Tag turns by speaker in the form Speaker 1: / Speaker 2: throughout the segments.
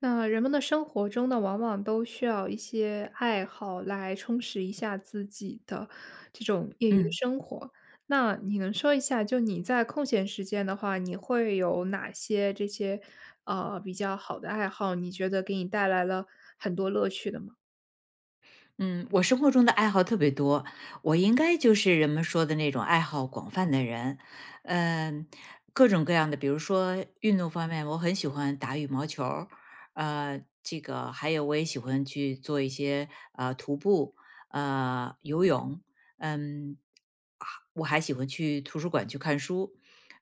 Speaker 1: 那人们的生活中呢，往往都需要一些爱好来充实一下自己的这种业余的
Speaker 2: 嗯
Speaker 1: 生活。那你能说一下，就你在空闲时间的话，你会有哪些这些比较好的爱好？你觉得给你带来了很多乐趣的吗？
Speaker 2: 嗯，我生活中的爱好特别多，我应该就是人们说的那种爱好广泛的人，嗯、各种各样的，比如说运动方面，我很喜欢打羽毛球儿，这个还有我也喜欢去做一些徒步，游泳，嗯，啊我还喜欢去图书馆去看书，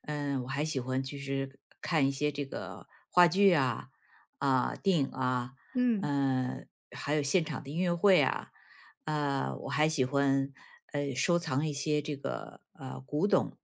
Speaker 2: 我还喜欢就是看一些这个话剧啊电影啊，
Speaker 1: 嗯。
Speaker 2: 嗯，还有现场的音乐会啊，我还喜欢收藏一些这个古董，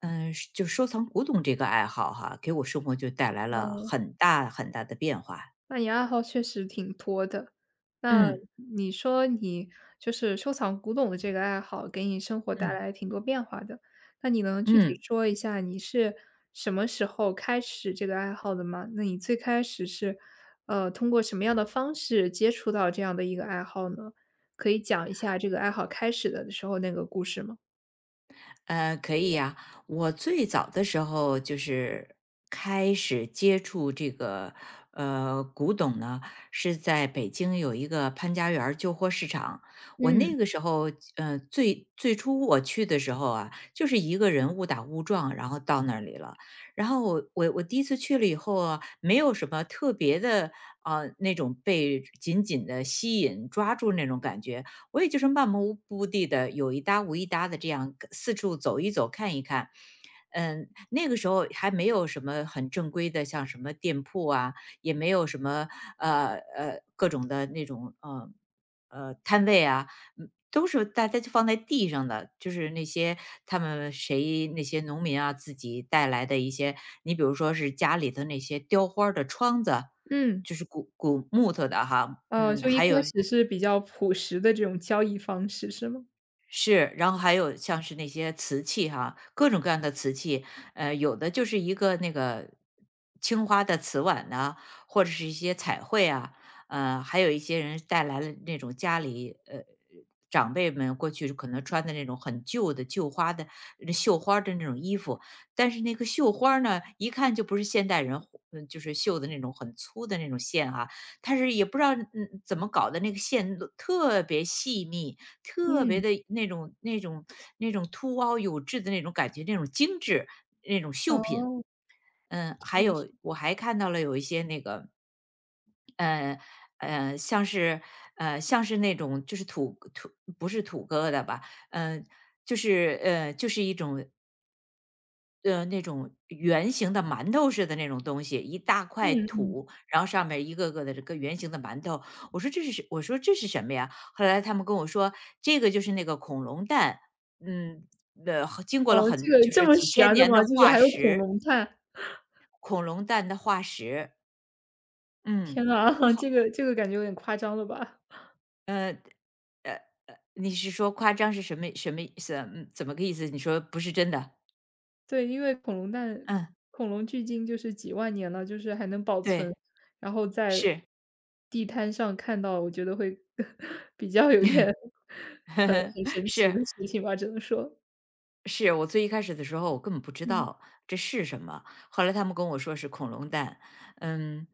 Speaker 2: 是就收藏古董这个爱好哈，给我生活就带来了很大很大的变化。
Speaker 1: 那你爱好确实挺多的。那
Speaker 2: 嗯
Speaker 1: 你说你就是收藏古董的这个爱好，给你生活带
Speaker 2: 嗯
Speaker 1: 来挺多变化的。那你能具体
Speaker 2: 嗯。
Speaker 1: 说一下你是什么时候开始这个爱好的吗？那你最开始是，通过什么样的方式接触到这样的一个爱好呢？可以讲一下这个爱好开始的时候那个故事吗？
Speaker 2: 可以呀。我最早的时候就是开始接触这个古董呢，是在北京有一个潘家园儿旧货市场。我
Speaker 1: 嗯。
Speaker 2: 那个时候，最最初我去的时候啊，就是一个人误打误撞，然后到那里了。然后我第一次去了以后啊，没有什么特别的啊、那种被紧紧的吸引抓住那种感觉，我也就是漫无目的的，有一搭无一搭的这样四处走一走、看一看。那个时候还没有什么很正规的，像什么店铺啊，也没有什么各种的那种摊位啊，都是大家就放在地上的，就是那些他们谁那些农民啊自己带来的一些，你比如说是家里的那些雕花儿的窗子，
Speaker 1: 嗯。
Speaker 2: 就是古木头的哈，嗯，
Speaker 1: 就一
Speaker 2: 还
Speaker 1: 开
Speaker 2: 有
Speaker 1: 始是比较朴实的这种交易方式是吗？
Speaker 2: 是，然后还有像是那些瓷器哈，各种各样的瓷器，有的就是一个那个青花的瓷碗呐、或者是一些彩绘啊，还有一些人带来了那种家里长辈们过去可能穿的那种很旧的旧花的绣花儿的那种衣服，但是那个绣花儿呢，一看就不是现代人户，就是绣的那种很粗的那种线哈、它是也不知道怎么搞的，那个线都特别细密，特别
Speaker 1: 嗯。
Speaker 2: 的那种凸凹有致的那种感觉，那种精致，那种绣品。
Speaker 1: 哦，这
Speaker 2: 还
Speaker 1: 个是。
Speaker 2: 有我还看到了有一些那个，呃像是那种就是土不是土疙瘩吧，嗯、呃就是一种那种圆形的馒头似的那种东西，一大块
Speaker 1: 嗯。
Speaker 2: 土，然后上面一个个的这个圆形的馒头。我说这是什么呀？后来他们跟我说，这个就是那个恐龙蛋，嗯，经过了
Speaker 1: 哦，这个
Speaker 2: 就
Speaker 1: 这
Speaker 2: 是
Speaker 1: 么
Speaker 2: 几千
Speaker 1: 悬的
Speaker 2: 年
Speaker 1: 吗？
Speaker 2: 的
Speaker 1: 就是
Speaker 2: 化
Speaker 1: 还有恐
Speaker 2: 石，
Speaker 1: 龙蛋。
Speaker 2: 恐龙蛋的化石。嗯，
Speaker 1: 天呐，这个这个感觉有点夸张了吧？
Speaker 2: 呃，你是说夸张是什么意思啊？嗯，怎么个意思？你说不是真的？
Speaker 1: 对，因为恐龙蛋
Speaker 2: 嗯，
Speaker 1: 恐龙距今就是几万年了，就是还能保存，
Speaker 2: 对，
Speaker 1: 然后在
Speaker 2: 是，
Speaker 1: 地摊上看到，我觉得会 比较有点 很 很神奇的
Speaker 2: 是。
Speaker 1: 事情吧，只能说。
Speaker 2: 是我最一开始的时候，我根本不知
Speaker 1: 嗯。
Speaker 2: 道这是什么。后来他们跟我说是恐龙蛋，嗯，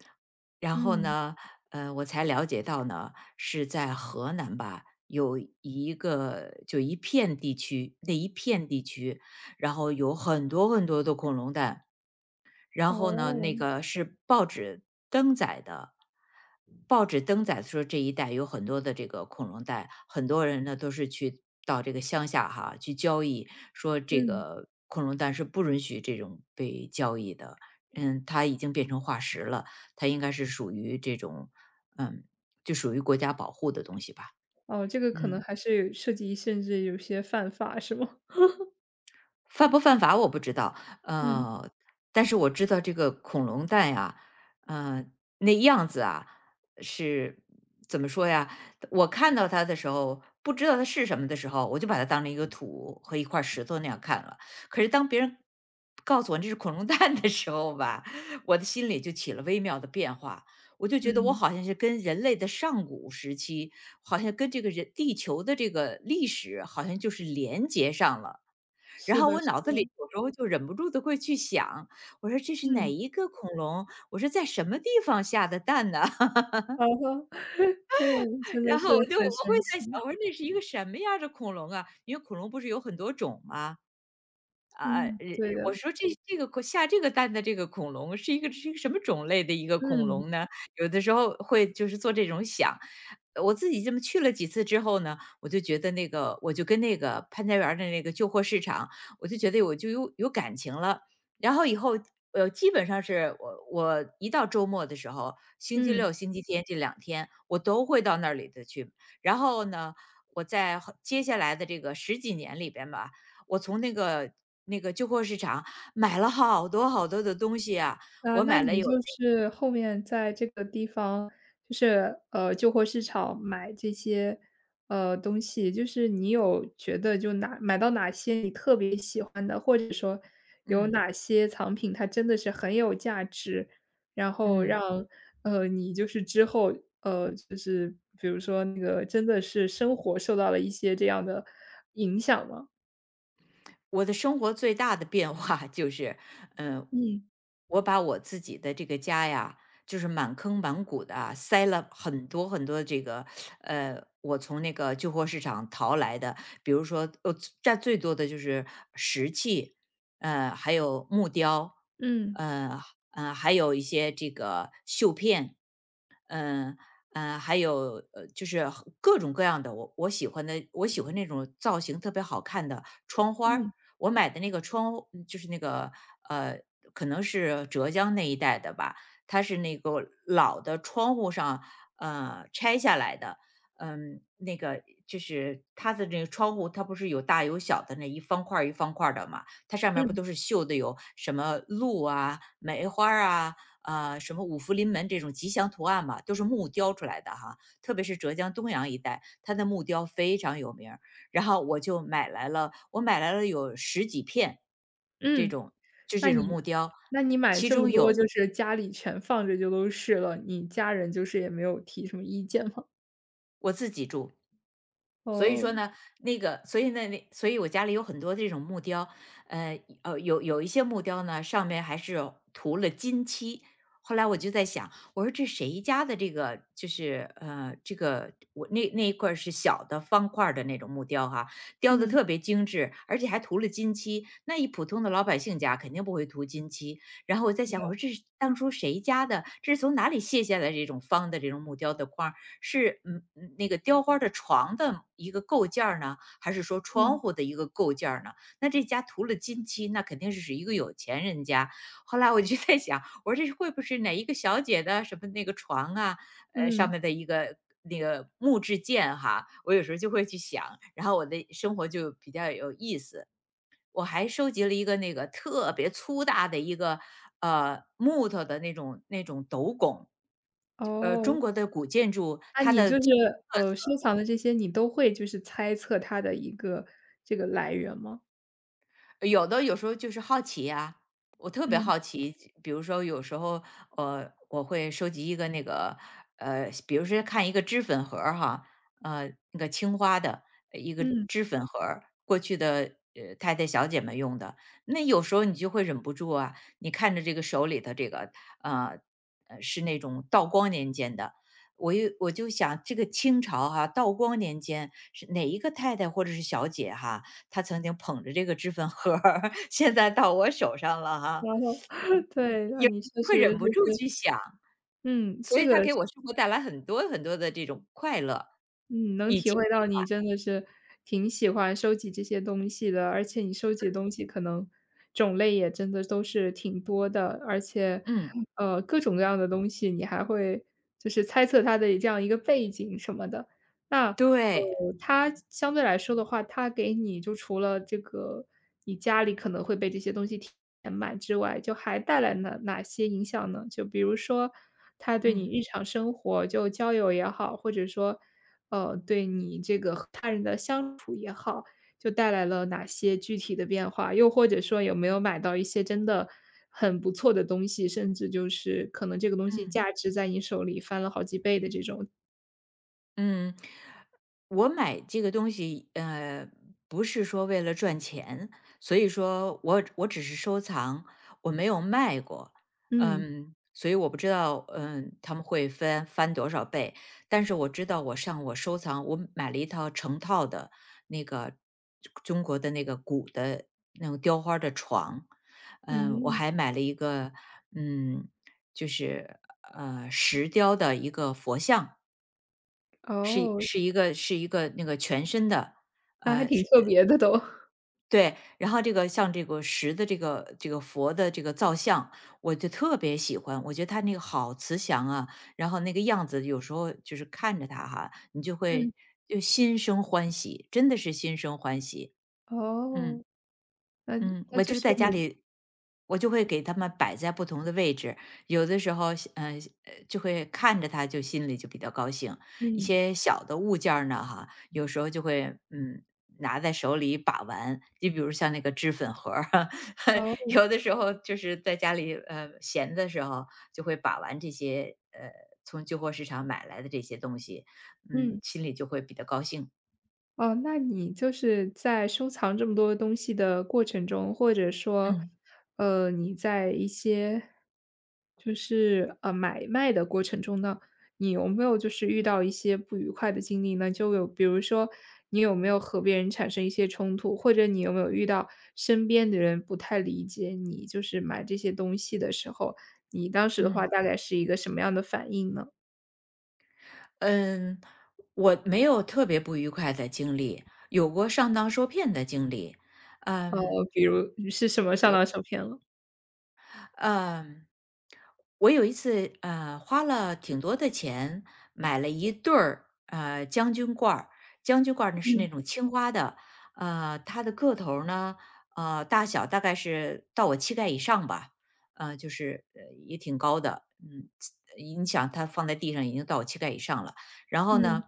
Speaker 2: 然后
Speaker 1: 嗯。
Speaker 2: 呢，我才了解到呢，是在河南吧，有一个就一片地区，那一片地区，然后有很多很多的恐龙蛋，然后呢，那
Speaker 1: 哦。
Speaker 2: 个是报纸登载的，报纸登载说这一带有很多的这个恐龙蛋，很多人呢都是去到这个乡下哈去交易，说这
Speaker 1: 嗯。
Speaker 2: 个恐龙蛋是不允许这种被交易的，它已经变成化石了，它应该是属于这种，嗯，就属于国家保护的东西吧，
Speaker 1: 哦，这个可能
Speaker 2: 嗯。
Speaker 1: 还是有涉及，甚至有些犯法，是吗？
Speaker 2: 犯不犯法我不知道，
Speaker 1: 嗯。
Speaker 2: 呃，但是我知道这个恐龙蛋呀，呃，那样子啊，是怎么说呀？我看到它的时候，不知道它是什么的时候，我就把它当成一个土和一块石头那样看了。可是当别人告诉我这是恐龙蛋的时候吧，我的心里就起了微妙的变化。我就觉得我
Speaker 1: 嗯，
Speaker 2: 好像是跟人类的上古时期，好像跟这个人地球的这个历史，好像就是连接上了。然
Speaker 1: 是
Speaker 2: 后
Speaker 1: 的，
Speaker 2: 我
Speaker 1: 是
Speaker 2: 脑子
Speaker 1: 的。
Speaker 2: 里有时候就忍不住的会去想，我说这是哪
Speaker 1: 嗯，
Speaker 2: 一个恐龙？我说在什么地方下的蛋呢？
Speaker 1: 好的。对，真的
Speaker 2: 然
Speaker 1: 是
Speaker 2: 后
Speaker 1: 很
Speaker 2: 我会
Speaker 1: 神
Speaker 2: 在想，
Speaker 1: 奇。
Speaker 2: 我说那是一个什么样儿的恐龙啊？因为恐龙不是有很多种吗？啊，呃，
Speaker 1: 嗯，对
Speaker 2: 我
Speaker 1: 的。
Speaker 2: 说这个下这个蛋的这个恐龙是一个什么种类的一个恐
Speaker 1: 嗯。
Speaker 2: 龙呢？有的时候会就是做这种想。我自己这么去了几次之后呢，我就觉得那个我就跟那个潘家园儿的那个旧货市场，我就觉得我就有感情了。然后以后，基本上是我一到周末的时候，星期
Speaker 1: 嗯。
Speaker 2: 六、星期天这两天，我都会到那里头去。然后呢，我接下来的这个十几年里边吧，我从那个旧货市场买了好多好多的东西啊，
Speaker 1: 啊，
Speaker 2: 我
Speaker 1: 那
Speaker 2: 买了
Speaker 1: 你
Speaker 2: 有那
Speaker 1: 就是后面在这个地方，就是旧货市场买这些东西，就是你有觉得就哪买到哪些你特别喜欢的，或者说有
Speaker 2: 嗯
Speaker 1: 哪些藏品它真的是很有价值，然后
Speaker 2: 嗯，
Speaker 1: 让你就是之后呃就是比如说那个真的是生活受到了一些这样的影响吗？
Speaker 2: 我的生活最大的变化就是，嗯，
Speaker 1: 嗯。
Speaker 2: 我把我自己的这个家呀，就是满坑满谷的啊，塞了很多很多这个，我从那个旧货市场淘来的，比如说，占最多的就是石器，还有木雕，
Speaker 1: 嗯。
Speaker 2: 呃，还有一些这个绣片，嗯，还有，就是各种各样的，我喜欢那种造型特别好看的窗花儿。
Speaker 1: 嗯。
Speaker 2: 我买的那个就是那个，呃，可能是浙江那一带的吧，它是那个老的窗户上，拆下来的。那个就是它的那个窗户，它不是有大有小的那一方块儿一方块儿的嘛？它上面儿不
Speaker 1: 嗯。
Speaker 2: 都是绣的有什么鹿啊、梅花儿啊，什么五福临门这种吉祥图案嘛，都是木雕出来的哈。特别是浙江东阳一带，它的木雕非常有名儿。然后我就买来了，我买来了有十几片这
Speaker 1: 嗯。
Speaker 2: 种，就
Speaker 1: 那
Speaker 2: 这种
Speaker 1: 你
Speaker 2: 木雕，
Speaker 1: 那你买
Speaker 2: 其
Speaker 1: 这么
Speaker 2: 中
Speaker 1: 多
Speaker 2: 有
Speaker 1: 就是家里全放着就都是了，你家人就是也没有提什么意见吗？
Speaker 2: 我自己住，所以
Speaker 1: 哦。
Speaker 2: 说呢，所以呢，那所以我家里有很多这种木雕，有一些木雕呢，上面还是有涂了金漆。后来我就在想，我说这谁家的这个就是，这个我那一块儿是小的方块儿的那种木雕哈，雕的
Speaker 1: 嗯。
Speaker 2: 特别精致，而且还涂了金漆。那一普通的老百姓家肯定不会涂金漆。然后我在想，我说这是当初谁家的？这是从哪里卸下来这种方的这种木雕的框儿是那个雕花的床的一个构件儿呢，还是说窗
Speaker 1: 嗯。
Speaker 2: 户的一个构件儿呢？那这家涂了金漆，那肯定是一个有钱人家。后来我就在想，我说这会不会是哪一个小姐的什么那个床啊，上
Speaker 1: 嗯。
Speaker 2: 面的一个那个木质件哈？我有时候就会去想，然后我的生活就比较有意思。我还收集了一个那个特别粗大的一个木头的那种斗拱，
Speaker 1: 哦，
Speaker 2: 中国的古建筑
Speaker 1: 那
Speaker 2: 它
Speaker 1: 你
Speaker 2: 的
Speaker 1: 就是，收藏的这些你都会就是猜测它的一个这个来源吗？
Speaker 2: 有的有时候就是好奇呀，我特别
Speaker 1: 嗯。
Speaker 2: 好奇，比如说有时候，我会收集一个那个，比如说看一个脂粉盒儿哈，那个青花的一个
Speaker 1: 嗯。
Speaker 2: 脂粉盒儿过去的太太小姐们用的，那有时候你就会忍不住啊，你看着这个手里头这个，呃，是那种道光年间的。我就想，这个清朝哈、道光年间是哪一个太太或者是小姐哈、他曾经捧着这个脂粉盒儿，现在到我手上了哈，
Speaker 1: 对，那
Speaker 2: 也
Speaker 1: 你确
Speaker 2: 会
Speaker 1: 实
Speaker 2: 忍不
Speaker 1: 就
Speaker 2: 住
Speaker 1: 是。
Speaker 2: 去想，
Speaker 1: 嗯，
Speaker 2: 所
Speaker 1: 这
Speaker 2: 以它
Speaker 1: 个。
Speaker 2: 给我生活带来很多很多的这种快乐，
Speaker 1: 嗯，能
Speaker 2: 以
Speaker 1: 体
Speaker 2: 及
Speaker 1: 会到你真的是挺喜欢收集这些东西的，而且你收集的东西可能种类也真的都是挺多的。而且，
Speaker 2: 嗯，
Speaker 1: 各种各样的东西，你还会就是猜测它的这样一个背景什么的。那，
Speaker 2: 对，
Speaker 1: 它相对来说的话，它给你就除了这个你家里可能会被这些东西填满之外，就还带来了哪些影响呢？就比如说它对
Speaker 2: 嗯
Speaker 1: 你日常生活，就交友也好，或者说对你这个和他人的相处也好，就带来了哪些具体的变化？又或者说有没有买到一些真的很不错的东西，甚至就是可能这个东西
Speaker 2: 嗯。
Speaker 1: 价值在你手里翻了好几倍的这种？
Speaker 2: 嗯，我买这个东西，不是说为了赚钱，所以说我只是收藏，我没有卖过，
Speaker 1: 嗯。
Speaker 2: 嗯，所以我不知道，嗯，他们会翻多少倍，但是我知道我收藏，我买了一套成套的那个中国的那个古的那种雕花儿的床，嗯，我
Speaker 1: 嗯。
Speaker 2: 还买了一个，嗯，就是石雕的一个佛像。是
Speaker 1: 哦，
Speaker 2: 是一个是一个那个全身的，
Speaker 1: 那还
Speaker 2: 呃，
Speaker 1: 挺
Speaker 2: 是
Speaker 1: 特别的都。
Speaker 2: 对。然后这个像这个石的这个佛的这个造像，我就特别喜欢，我觉得他那个好慈祥啊，然后那个样子有时候就是看着他哈，你就
Speaker 1: 嗯。
Speaker 2: 会就心生欢喜，真的是心生欢喜，嗯。
Speaker 1: 哦，那
Speaker 2: 嗯，
Speaker 1: 那
Speaker 2: 我
Speaker 1: 就
Speaker 2: 就是
Speaker 1: 是
Speaker 2: 在家
Speaker 1: 你。
Speaker 2: 里，我就会给它们摆在不同的位置。有的时候，就会看着它，就心里就比较高兴。一
Speaker 1: 嗯。
Speaker 2: 些小的物件儿呢，哈，有时候就会嗯拿在手里把玩。就比如像那个脂粉盒儿，
Speaker 1: 哦。
Speaker 2: 有的时候就是在家里闲的时候，就会把玩这些从旧货市场买来的这些东西，嗯，
Speaker 1: 嗯。
Speaker 2: 心里就会比较高兴。
Speaker 1: 哦，那你就是在收藏这么多东西的过程中，或者说，
Speaker 2: 嗯
Speaker 1: 你在一些买卖的过程中呢，你有没有就是遇到一些不愉快的经历呢？就有比如说，你有没有和别人产生一些冲突，或者你有没有遇到身边的人不太理解你，就是买这些东西的时候，你当时的话
Speaker 2: 嗯。
Speaker 1: 大概是一个什么样的反应呢？
Speaker 2: 嗯，我没有特别不愉快的经历，有过上当受骗的经历。
Speaker 1: 呃，
Speaker 2: 嗯
Speaker 1: 比如是什么上当受骗了？
Speaker 2: 嗯，我有一次花了挺多的钱买了一对儿将军罐儿，将军罐儿呢是那
Speaker 1: 嗯。
Speaker 2: 种青花的，呃，它的个头儿呢大小大概是到我膝盖以上吧，就是也挺高的，嗯，你想它放在地上已经到我膝盖以上了。然后
Speaker 1: 嗯。
Speaker 2: 呢，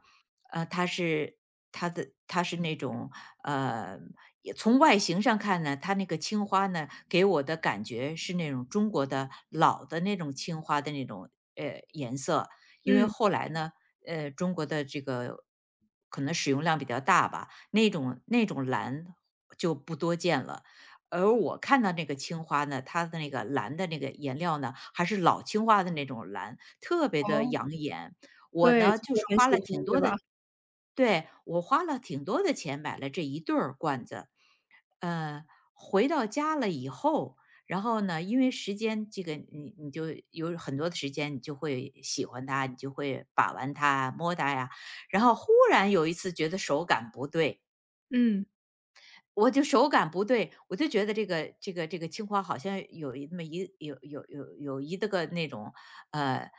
Speaker 2: 它是它是那种呃，也从外形上看呢，它那个青花呢，给我的感觉是那种中国的老的那种青花的那种颜色，因为
Speaker 1: 嗯。
Speaker 2: 后来呢，中国的这个可能使用量比较大吧，那种蓝就不多见了。而我看到那个青花呢，它的那个蓝的那个颜料呢，还是老青花的那种蓝，特别的
Speaker 1: 哦。
Speaker 2: 养眼。我
Speaker 1: 对，就
Speaker 2: 呢，就是
Speaker 1: 是很
Speaker 2: 花
Speaker 1: 喜
Speaker 2: 了
Speaker 1: 欢，
Speaker 2: 挺
Speaker 1: 对
Speaker 2: 多
Speaker 1: 吧？
Speaker 2: 的对，我花了挺多的钱买了这一对儿罐子。呃，回到家了以后，然后呢，因为时间这个你就有很多的时间，你就会喜欢它，你就会把玩它、摸它呀。然后忽然有一次觉得手感不对，
Speaker 1: 嗯。
Speaker 2: 我就手感不对，我就觉得这个这个青花好像有一那么一有有有有一的个那种，呃，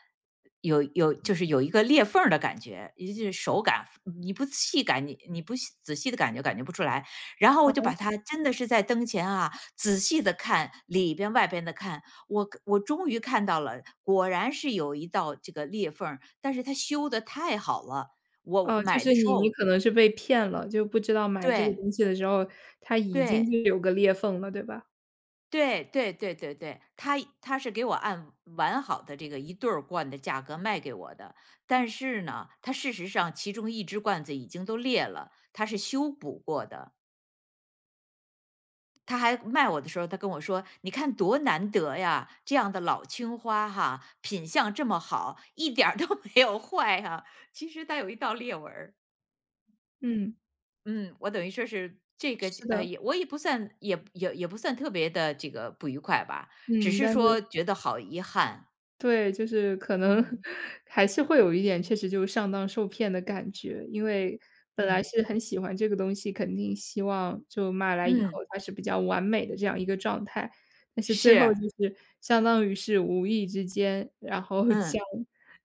Speaker 2: 有有就是有一个裂缝儿的感觉，也就是手感，你不仔细的感觉不出来。然后我就把它真的是在灯前啊，仔细的看里边外边的看，我终于看到了，果然是有一道这个裂缝儿但是它修的太好了，我
Speaker 1: 哦，就
Speaker 2: 买
Speaker 1: 是
Speaker 2: 的时
Speaker 1: 你你
Speaker 2: 候
Speaker 1: 可能是被骗了，就不知道买这个
Speaker 2: 对
Speaker 1: 东西的时候，它已经
Speaker 2: 对。
Speaker 1: 就有个裂缝了，对吧？
Speaker 2: 对，他是给我按完好的这个一对儿罐的价格卖给我的，但是呢，他事实上其中一只罐子已经都裂了，他是修补过的。他还卖我的时候，他跟我说：“你看多难得呀，这样的老青花哈，品相这么好，一点儿都没有坏哈、其实它有一道裂纹儿。”
Speaker 1: 嗯。
Speaker 2: 嗯，我等于说是这个
Speaker 1: 是的。
Speaker 2: 我也不算特别的这个不愉快吧，只
Speaker 1: 嗯，
Speaker 2: 是
Speaker 1: 但是
Speaker 2: 说觉得好遗憾。
Speaker 1: 对，就是可能
Speaker 2: 嗯
Speaker 1: 还是会有一点确实就是上当受骗的感觉，因为本来
Speaker 2: 嗯
Speaker 1: 是很喜欢这个东西，肯定希望就买来以后
Speaker 2: 嗯，
Speaker 1: 它是比较完美的这样一个状态，但是最后
Speaker 2: 是，
Speaker 1: 就是相当于是无意之间，然后将
Speaker 2: 嗯，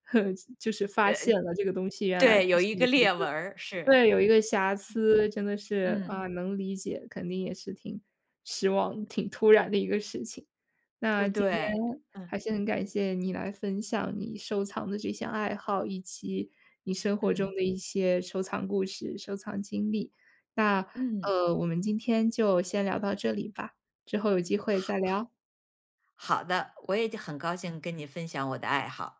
Speaker 1: 就是发
Speaker 2: 呃，
Speaker 1: 现了这个东西原来它
Speaker 2: 对，有
Speaker 1: 是
Speaker 2: 一个
Speaker 1: 有
Speaker 2: 裂纹儿，是，
Speaker 1: 对，有一个瑕疵，真的是，
Speaker 2: 嗯，
Speaker 1: 啊，嗯能理解，肯定也是挺失望、挺突然的一个事情。那
Speaker 2: 呃，
Speaker 1: 今天
Speaker 2: 对，嗯
Speaker 1: 还是很感谢你来分享你收藏的这些爱好，以及你生活中
Speaker 2: 嗯
Speaker 1: 的一些收藏故事、收藏经历。那，
Speaker 2: 嗯，
Speaker 1: 我们今天就先聊到这里吧，之后有机会再聊。
Speaker 2: 好的，我也很高兴跟你分享我的爱好。